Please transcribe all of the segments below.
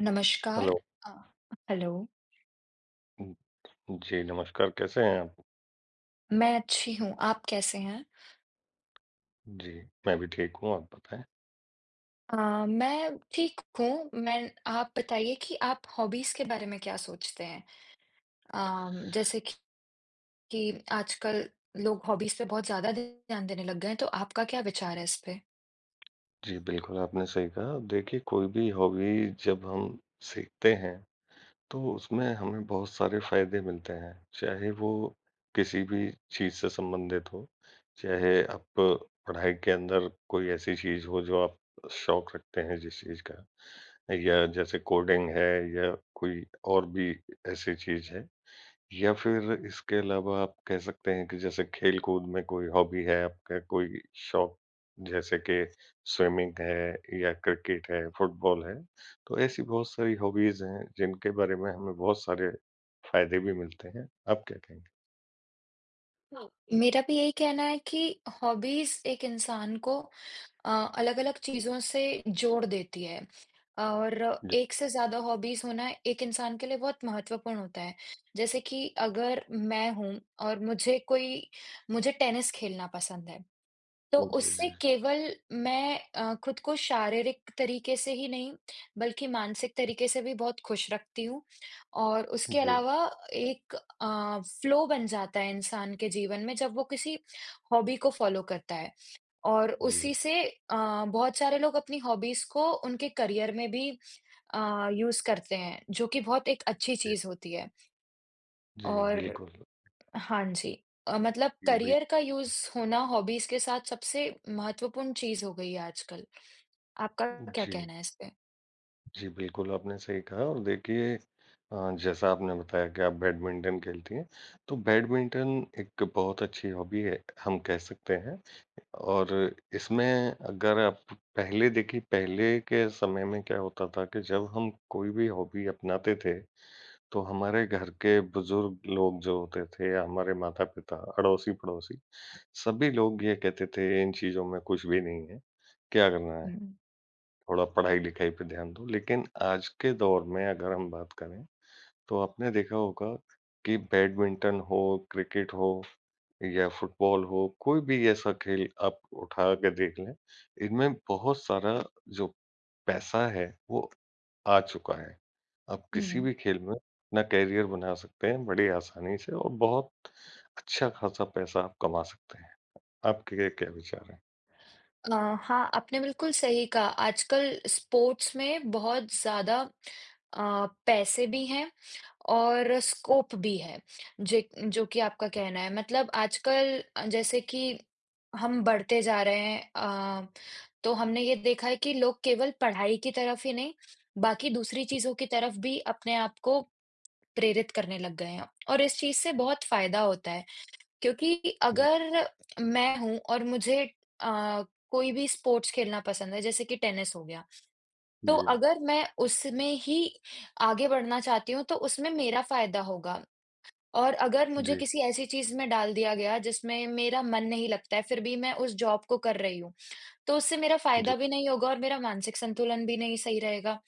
नमस्कार। हेलो। अ, हेलो, उम, जी नमस्कार, कैसे हैं आप? मैं अच्छी हूँ, आप कैसे हैं? जी, मैं भी ठीक हूँ, आप बताएँ? अ, मैं ठीक हूँ, मैं आप बताइए कि आप हॉबीज़ के बारे में क्या सोचते हैं? जैसे कि आजकल लोग हॉबीज़ पे बहुत ज़्यादा ध्यान देने लग गए हैं, तो आपका क्या विचार है इस पे? जी, बिल्कुल आपने सही कहा। देखिए कोई भी हॉबी जब हम सीखते हैं, तो उसमें हमें बहुत सारे फ़ायदे मिलते हैं। चाहे वो किसी भी चीज़ से संबंधित हो, चाहे आप पढ़ाई के अंदर कोई ऐसी चीज़ हो जो आप शौक रखते हैं जिस चीज़ का या जैसे कोडिंग है या कोई और भी ऐसी चीज़ है। या फिर इसके अलावा आप कह सकते हैं कि जैसे खेल-कूद में कोई हॉबी है आपका, कोई शौक जैसे कि स्विमिंग है या क्रिकेट है, फुटबॉल है, तो ऐसी बहुत सारी हॉबीज़ हैं जिनके बारे में हमें बहुत सारे फ़ायदे भी मिलते हैं। आप क्या कहेंगे? हाँ। मेरा भी यही कहना है कि हॉबीज़ एक इंसान को अलग अलग चीजों से जोड़ देती है और जी, एक से ज्यादा हॉबीज होना एक इंसान के लिए बहुत महत्वपूर्ण होता है। जैसे कि अगर मैं हूं और मुझे टेनिस खेलना पसंद है, तो जी, उससे जी, केवल मैं खुद को शारीरिक तरीके से ही नहीं बल्कि मानसिक तरीके से भी बहुत खुश रखती हूँ। और उसके जी, अलावा एक फ्लो बन जाता है इंसान के जीवन में जब वो किसी हॉबी को फॉलो करता है, और जी, उसी से बहुत सारे लोग अपनी हॉबीज़ को उनके करियर में भी यूज़ करते हैं, जो कि बहुत एक अच्छी जी, चीज़ होती है। जी, और बिल्कुल, हाँ जी। मतलब जी, बिल करियर का यूज़ होना हॉबीज़ के साथ सबसे महत्वपूर्ण चीज़ हो गई है आजकल। आपका क्या जी। कहना है इस पे? जी, बिल्कुल, आपने सही कहा और देखिए जैसा आपने बताया कि आप बैडमिंटन खेलती हैं, तो बैडमिंटन एक बहुत अच्छी हॉबी है, हम कह सकते हैं और इसमें अगर आप पहले देखिए, पहले के समय में क्या होता था कि जब हम कोई भी हॉबी अपनाते थे, तो हमारे घर के बुज़ुर्ग लोग जो होते थे या हमारे माता-पिता, अड़ोसी-पड़ोसी, सभी लोग ये कहते थे, "इन चीज़ों में कुछ भी नहीं है, क्या करना है?" हुँ, थोड़ा पढ़ाई-लिखाई पे ध्यान दो। लेकिन आज के दौर में अगर हम बात करें, तो आपने देखा होगा कि बैडमिंटन हो, क्रिकेट हो या फुटबॉल हो, कोई भी ऐसा खेल आप उठा के देख लें, इनमें बहुत सारा जो पैसा है, वो आ चुका है। आप किसी हुँ। भी खेल में अपना करियर बना सकते हैं बड़ी आसानी से और बहुत अच्छा खासा पैसा आप कमा सकते हैं। आपके क्या क्या विचार हैं? अ, हाँ, आपने बिल्कुल सही कहा। आजकल स्पोर्ट्स में बहुत ज़्यादा पैसे भी हैं और स्कोप भी है, जे जो कि आपका कहना है। मतलब आजकल जैसे कि हम बढ़ते जा रहे हैं, तो हमने ये देखा है कि लोग केवल पढ़ाई की तरफ ही नहीं, बाकी दूसरी चीज़ों की तरफ भी अपने आप को प्रेरित करने लग गए हैं, और इस चीज़ से बहुत फ़ायदा होता है। क्योंकि जी, अगर मैं हूँ और मुझे अ, कोई भी स्पोर्ट्स खेलना पसंद है, जैसे कि टेनिस हो गया, तो जी, अगर मैं उसमें ही आगे बढ़ना चाहती हूँ, तो उसमें मेरा फ़ायदा होगा। और अगर मुझे जी, किसी ऐसी चीज़ में डाल दिया गया जिसमें मेरा मन नहीं लगता है, फिर भी मैं उस जॉब को कर रही हूँ, तो उससे मेरा जी, फ़ायदा भी नहीं होगा और मेरा मानसिक संतुलन भी नहीं सही रहेगा,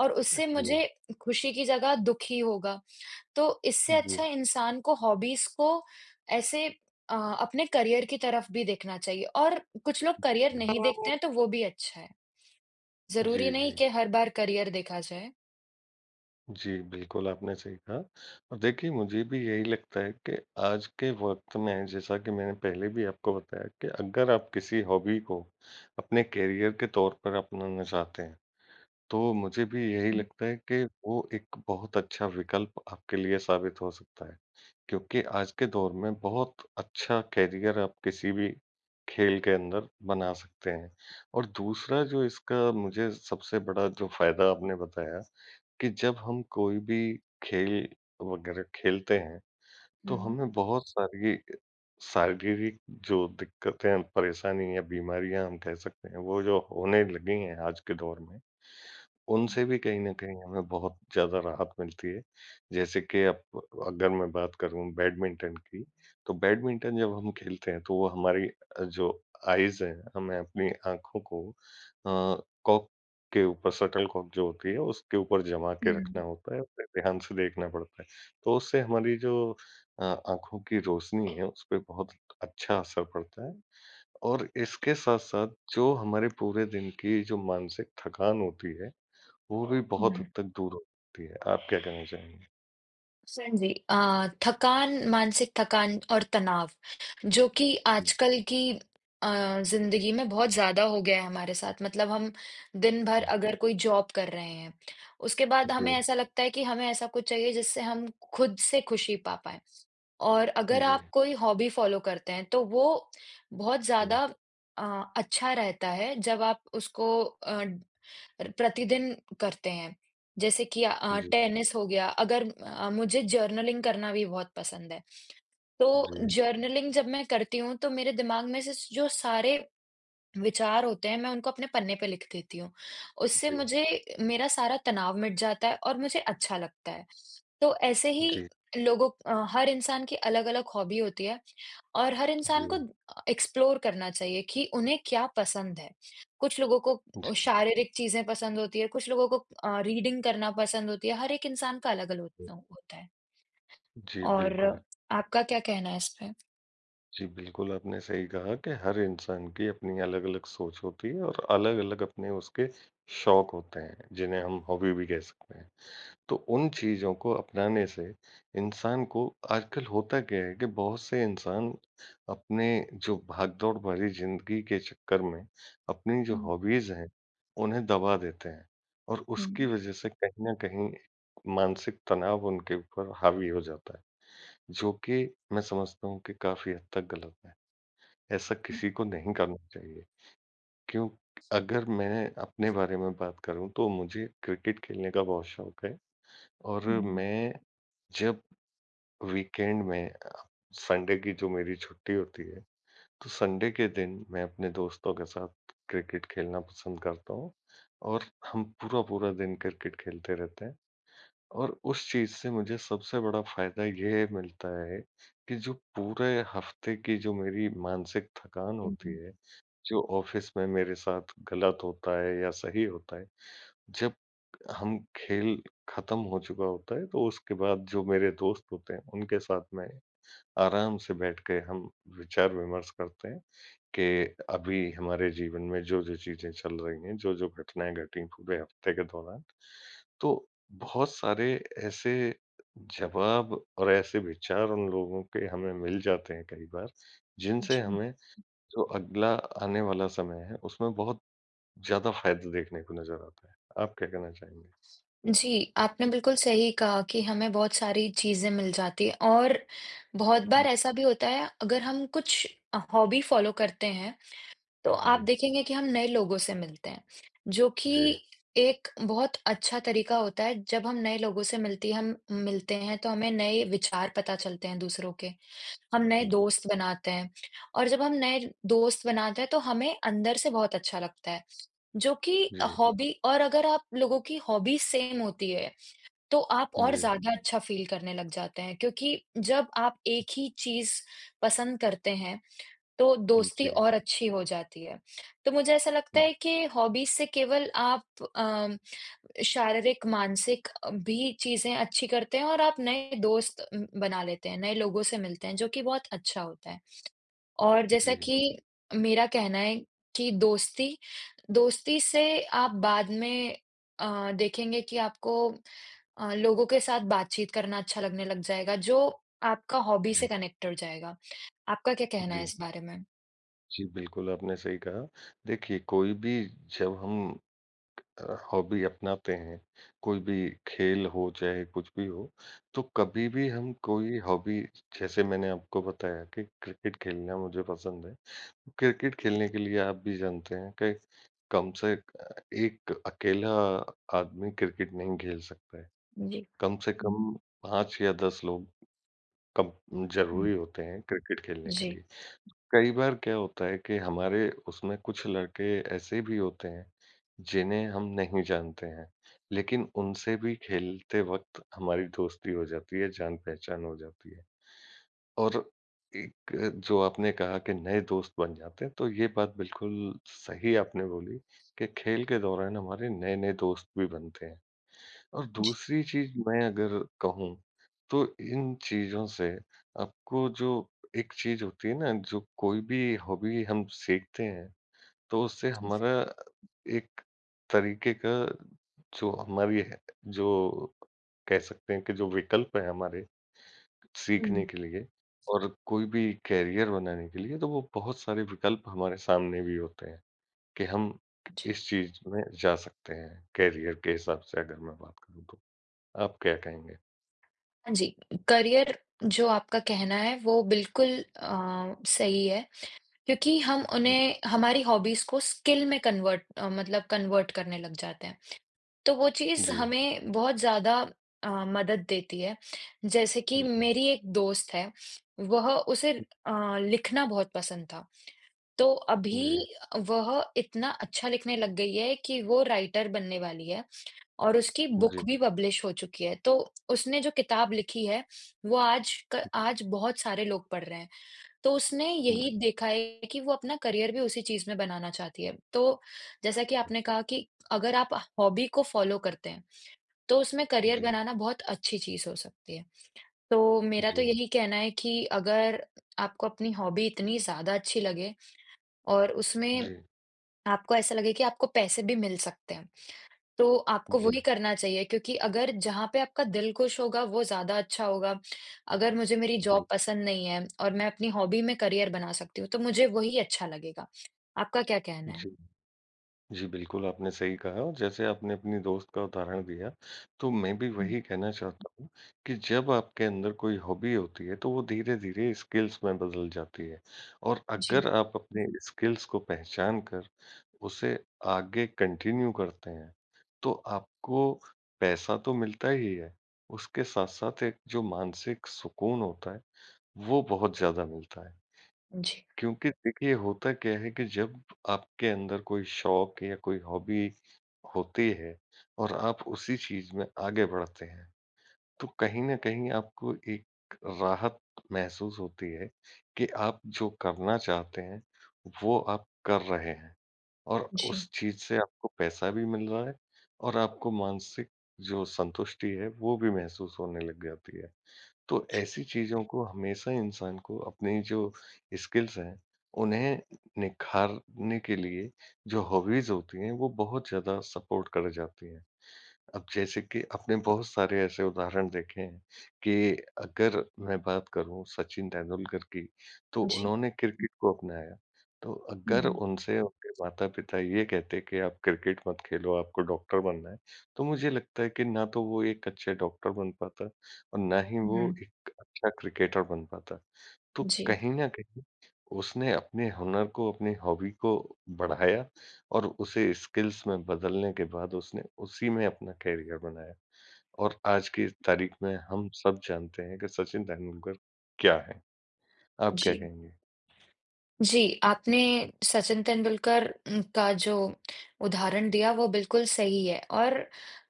और उससे जी, मुझे खुशी की जगह दुःख ही होगा। तो इससे जी, अच्छा इंसान को हॉबीज़ को ऐसे अ, अपने करियर की तरफ भी देखना चाहिए, और कुछ लोग करियर जी, नहीं देखते हैं, तो वो भी अच्छा है। जी, ज़रूरी नहीं जी। कि हर बार करियर देखा जाए। जी, बिल्कुल, आपने सही कहा और देखिए मुझे भी यही लगता है कि आज के वक़्त में जैसा कि मैंने पहले भी आपको बताया कि अगर आप किसी हॉबी को अपने करियर के तौर पर अपनाना चाहते हैं, तो मुझे भी यही हुँ, लगता है कि वो एक बहुत अच्छा विकल्प आपके लिए साबित हो सकता है। क्योंकि आज के दौर में बहुत अच्छा करियर आप किसी भी खेल के अंदर बना सकते हैं और दूसरा जो इसका मुझे सबसे बड़ा जो फ़ायदा आपने बताया कि जब हम कोई भी खेल वगैरह खेलते हैं, तो हुँ, हमें बहुत सारी शारीरिक जो दिक्कतें, परेशानी या बीमारियाँ हम कह सकते हैं, वो जो होने लगी हैं आज के दौर में, हुँ। उनसे भी कहीं न कहीं हमें बहुत ज़्यादा राहत मिलती है। जैसे कि अब अगर मैं बात करूँ बैडमिंटन की, तो बैडमिंटन जब हम खेलते हैं, तो वो हमारी जो आइज़ हैं, हमें अपनी आँखों को कॉक के ऊपर शटलकॉक जो होती है, उसके ऊपर जमा के रखना हुँ, होता है, उसे ध्यान से देखना पड़ता है। तो उससे हमारी जो आँखों की रोशनी है, उसपे बहुत अच्छा असर पड़ता है और इसके साथ-साथ जो हमारे पूरे दिन की जो मानसिक थकान होती है, वो भी हाँ। बहुत हद हुँ। तक दूर होती है। आप क्या कहना चाहेंगे? हाँ जी, थकान, मानसिक थकान और तनाव, जो कि जी, आजकल की जिंदगी में बहुत ज्यादा हो गया है हमारे साथ। मतलब हम दिन भर अगर कोई जॉब कर रहे हैं, उसके बाद हमें ऐसा लगता है कि हमें ऐसा कुछ चाहिए जिससे हम खुद से खुशी पा पाए। और जी, अगर जी, आप कोई हॉबी फॉलो करते हैं तो वो बहुत जी, ज्यादा अच्छा रहता है जब आप उसको प्रतिदिन करते हैं। जैसे कि जी, टेनिस हो गया, अगर मुझे जर्नलिंग करना भी बहुत पसंद है, तो जी, जर्नलिंग जब मैं करती हूँ तो मेरे दिमाग में से जो सारे विचार होते हैं, मैं उनको अपने पन्ने पे लिख देती हूँ। उससे जी, मुझे मेरा सारा तनाव मिट जाता है और मुझे अच्छा लगता है। तो ऐसे ही जी, हर इंसान की अलग-अलग हॉबी होती है, और हर जी, इंसान को एक्सप्लोर करना चाहिए कि उन्हें क्या पसंद है। कुछ लोगों जी, को शारीरिक चीज़ें पसंद होती है, कुछ लोगों को रीडिंग करना पसंद होती है, हर एक इंसान का अलग-अलग होता होता है। जी, और बिल्कुल। आपका क्या कहना है इस पे? जी, बिल्कुल आपने सही कहा कि हर इंसान की अपनी अलग-अलग सोच होती है और अलग-अलग अपने उसके शौक होते हैं, जिन्हें हम हॉबी भी कह सकते हैं। तो उन चीज़ों को अपनाने से इंसान को आजकल होता क्या है कि बहुत से इंसान अपने जो भागदौड़ भरी ज़िंदगी के चक्कर में अपनी जो हुँ, हॉबीज़ हैं, उन्हें दबा देते हैं और हुँ, उसकी वज़ह से कहीं न कहीं मानसिक तनाव उनके ऊपर हावी हो जाता है, जो कि मैं समझता हूँ कि काफ़ी हद तक गलत है। ऐसा हुँ, किसी को नहीं करना चाहिए क्यों अगर मैं अपने बारे में बात करूँ तो मुझे क्रिकेट खेलने का बहुत शौक है। और मैं जब वीकेंड में संडे की जो मेरी छुट्टी होती है, तो संडे के दिन मैं अपने दोस्तों के साथ क्रिकेट खेलना पसंद करता हूँ और हम पूरा-पूरा दिन क्रिकेट खेलते रहते हैं और उस चीज़ से मुझे सबसे बड़ा फ़ायदा ये मिलता है कि जो पूरे हफ़्ते की जो मेरी मानसिक थकान हुँ, होती हुँ, है, जो ऑफ़िस में मेरे साथ गलत होता है या सही होता है जब हम खेल खत्म हो चुका होता है, तो उसके बाद जो मेरे दोस्त होते हैं, उनके साथ में आराम से बैठ के हम विचार-विमर्श करते हैं कि अभी हमारे जीवन में जो-जो चीज़ें चल रही हैं, जो-जो घटनाएँ घटीं पूरे हफ्ते के दौरान। तो बहुत सारे ऐसे जवाब और ऐसे विचार उन लोगों के हमें मिल जाते हैं कई बार, जिनसे जी। हमें जो अगला आने वाला समय है, उसमें बहुत ज़्यादा फ़ायदा देखने को नज़र आता है। आप क्या कहना चाहेंगे? जी, आपने बिल्कुल सही कहा कि हमें बहुत सारी चीज़ें मिल जाती हैं, और बहुत बार हुँ, ऐसा भी होता है अगर हम कुछ हॉबी फ़ॉलो करते हैं, तो आप जी, देखेंगे कि हम नए लोगों से मिलते हैं, जो जी, कि एक बहुत अच्छा तरीका होता है। जब हम नए लोगों से मिलती हम मिलते हैं तो हमें नए विचार पता चलते हैं दूसरों के, हम नए जी, दोस्त बनाते हैं। और जब हम नए दोस्त बनाते हैं तो हमें अंदर से बहुत अच्छा लगता है, जो कि जी, जी, हॉबी। और अगर आप लोगों की हॉबी सेम होती है तो आप और जी, ज़्यादा अच्छा फ़ील करने लग जाते हैं, क्योंकि जब आप एक ही चीज़ पसंद करते हैं, तो दोस्ती जी, और अच्छी हो जाती है। तो मुझे ऐसा लगता है कि हॉबीज़ से केवल आप शारीरिक, मानसिक भी चीज़ें अच्छी करते हैं, और आप नए दोस्त बना लेते हैं, नए लोगों से मिलते हैं, जो कि बहुत अच्छा होता है। और जैसा जी, कि मेरा कहना है कि दोस्ती दोस्ती से आप बाद में देखेंगे कि आपको लोगों के साथ बातचीत करना अच्छा लगने लग जाएगा, जो आपका हॉबी से कनेक्ट हो जाएगा। आपका क्या कहना है जी, इस बारे में? जी, बिल्कुल आपने सही कहा। देखिए, कोई भी जब हम हॉबी अपनाते हैं, कोई भी खेल हो चाहे कुछ भी हो, तो कभी भी हम कोई हॉबी जैसे मैंने आपको बताया कि क्रिकेट खेलना मुझे पसंद है। क्रिकेट खेलने के लिए आप भी जानते हैं कि कम से एक अकेला आदमी क्रिकेट नहीं खेल सकता है। जी। कम से कम 5 या 10 लोग कम हुँ। ज़रूरी होते हैं क्रिकेट खेलने के जी। लिए। कई बार क्या होता है कि हमारे उसमें कुछ लड़के ऐसे भी होते हैं, जिन्हें हम नहीं जानते हैं, लेकिन उनसे भी खेलते वक़्त हमारी दोस्ती हो जाती है, जान-पहचान हो जाती है। और एक जो आपने कहा कि नए दोस्त बन जाते हैं, तो ये बात बिल्कुल सही आपने बोली कि खेल के दौरान हमारे नए-नए दोस्त भी बनते हैं। और जी। दूसरी चीज़ मैं अगर कहूँ, तो इन चीज़ों से आपको जो एक चीज़ होती है ना, जो कोई भी हॉबी हम सीखते हैं, तो उससे हमारा एक तरीके का जो हमारी है जो कह सकते हैं कि जो विकल्प हैं हमारे हुँ, सीखने के लिए और कोई भी करियर बनाने के लिए, तो वो बहुत सारे विकल्प हमारे सामने भी होते हैं कि हम जी। इस चीज़ में जा सकते हैं, करियर के हिसाब से अगर मैं बात करूँ तो। आप क्या कहेंगे? हाँ जी, करियर जो आपका कहना है वो बिल्कुल सही है, क्योंकि हम हुँ, उन्हें, हमारी हॉबीज़ को स्किल में कन्वर्ट अ, मतलब कन्वर्ट करने लग जाते हैं। तो वो चीज़ जी, हमें बहुत ज़्यादा मदद देती है। जैसे कि जी, मेरी एक दोस्त है, वह, उसे जी, लिखना बहुत पसंद था। तो अभी जी, वह इतना अच्छा लिखने लग गई है कि वो राइटर बनने वाली है, और उसकी बुक जी, भी पब्लिश हो चुकी है। तो उसने जो किताब लिखी है, वो आज बहुत सारे लोग पढ़ रहे हैं। तो उसने जी, यही देखा है कि वो अपना करियर भी उसी चीज़ में बनाना चाहती है। तो जैसा कि आपने कहा कि अगर आप हॉबी को फ़ॉलो करते हैं, तो उसमें करियर जी, बनाना बहुत अच्छी चीज़ हो सकती है। तो मेरा तो जी, यही कहना है कि अगर आपको अपनी हॉबी इतनी ज़्यादा अच्छी लगे और उसमें जी, आपको ऐसा लगे कि आपको पैसे भी मिल सकते हैं, तो आपको जी, वही करना चाहिए, क्योंकि अगर जहाँ पे आपका दिल खुश होगा वो ज़्यादा अच्छा होगा। अगर मुझे मेरी जी, जॉब पसंद नहीं है और मैं अपनी हॉबी में करियर बना सकती हूँ, तो मुझे वही अच्छा लगेगा। आपका क्या कहना है? जी। जी, बिल्कुल, आपने सही कहा और जैसे आपने अपनी दोस्त का उदाहरण दिया, तो मैं भी हुँ, वही कहना चाहता हूँ कि जब आपके अंदर कोई हॉबी होती है, तो वो धीरे-धीरे स्किल्स में बदल जाती है और जी, अगर आप अपने स्किल्स को पहचान कर उसे आगे कंटिन्यू करते हैं, तो आपको पैसा तो मिलता ही है, उसके साथ-साथ एक जो मानसिक सुकून होता है, वो बहुत ज़्यादा मिलता है। जी, क्योंकि देखिए, होता क्या है कि जब आपके अंदर कोई शौक या कोई हॉबी होती है और आप उसी चीज़ में आगे बढ़ते हैं, तो कहीं न कहीं आपको एक राहत महसूस होती है कि आप जो करना चाहते हैं, वो आप कर रहे हैं और जी, उस चीज़ से आपको पैसा भी मिल रहा है और आपको मानसिक जो संतुष्टि है, वो भी महसूस होने लग जाती है। तो जी, ऐसी चीज़ों को हमेशा इंसान को अपनी जो स्किल्स हैं, उन्हें निखारने के लिए जो हॉबीज़ होती हैं, वो बहुत ज़्यादा सपोर्ट कर जाती हैं। अब जैसे कि आपने बहुत सारे ऐसे उदाहरण देखे हैं कि अगर मैं बात करूं सचिन तेंदुलकर की, तो जी। उन्होंने क्रिकेट को अपनाया। तो अगर हुँ, उनसे उनके माता-पिता ये कहते कि आप क्रिकेट मत खेलो, आपको डॉक्टर बनना है, तो मुझे लगता है कि ना तो वो एक अच्छे डॉक्टर बन पाता और ना ही वो हुँ, एक अच्छा क्रिकेटर बन पाता। तो जी, कहीं न कहीं उसने अपने हुनर को, अपनी हॉबी को बढ़ाया और उसे स्किल्स में बदलने के बाद उसने उसी में अपना करियर बनाया और आज की तारीख में हम सब जानते हैं कि सचिन तेंदुलकर क्या हैं। आप क्या जी। कहेंगे? जी, आपने सचिन तेंदुलकर का जो उदाहरण दिया वो बिल्कुल सही है, और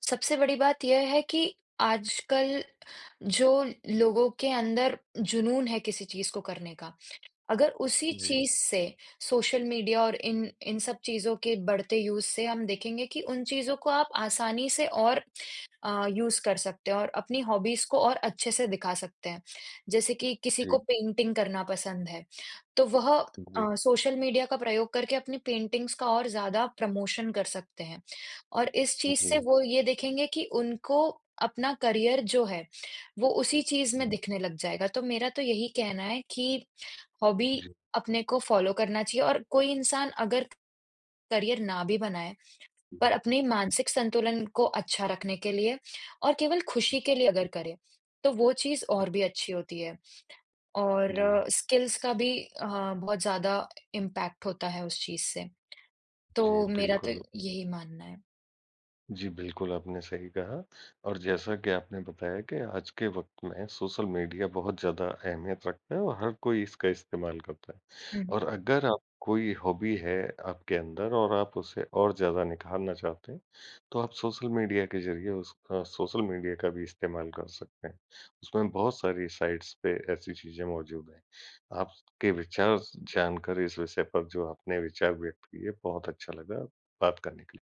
सबसे बड़ी बात यह है कि आजकल जो लोगों के अंदर जुनून है किसी चीज़ को करने का, अगर उसी जी, चीज़ से सोशल मीडिया और इन इन सब चीज़ों के बढ़ते यूज़ से हम देखेंगे कि उन चीज़ों को आप आसानी से और यूज़ कर सकते हैं और अपनी हॉबीज़ को और अच्छे से दिखा सकते हैं। जैसे कि किसी जी, को पेंटिंग करना पसंद है। तो वह जी, सोशल मीडिया का प्रयोग करके अपनी पेंटिंग्स का और ज़्यादा प्रमोशन कर सकते हैं। और इस चीज़ से जी, वो ये देखेंगे कि उनको अपना करियर जो है, वो उसी चीज़ जी, में दिखने लग जाएगा। तो मेरा तो यही कहना है कि हॉबी जी, अपने को फ़ॉलो करना चाहिए, और कोई इंसान अगर करियर ना भी बनाए, पर अपने मानसिक संतुलन को अच्छा रखने के लिए और केवल खुशी के लिए अगर करे, तो वो चीज़ और भी अच्छी होती है। और जी, स्किल्स का भी, हाँ, बहुत ज़्यादा इम्पैक्ट होता है उस चीज़ से। तो जी, मेरा तो बिल्कुल। यही मानना है। जी, बिल्कुल, आपने सही कहा और जैसा कि आपने बताया कि आज के वक़्त में सोशल मीडिया बहुत ज़्यादा अहमियत रखता है और हर कोई इसका इस्तेमाल करता है हुँ, हुँ। और अगर आप कोई हॉबी है आपके अंदर और आप उसे और ज़्यादा निखारना चाहते हैं, तो आप सोशल मीडिया के ज़रिए उस सोशल मीडिया का भी इस्तेमाल कर सकते हैं। उसमें बहुत सारी साइट्स पे ऐसी चीज़ें मौजूद हैं। आपके विचार जानकर इस विषय पर जो आपने विचार व्यक्त किए, बहुत अच्छा लगा। बात करने के लिए।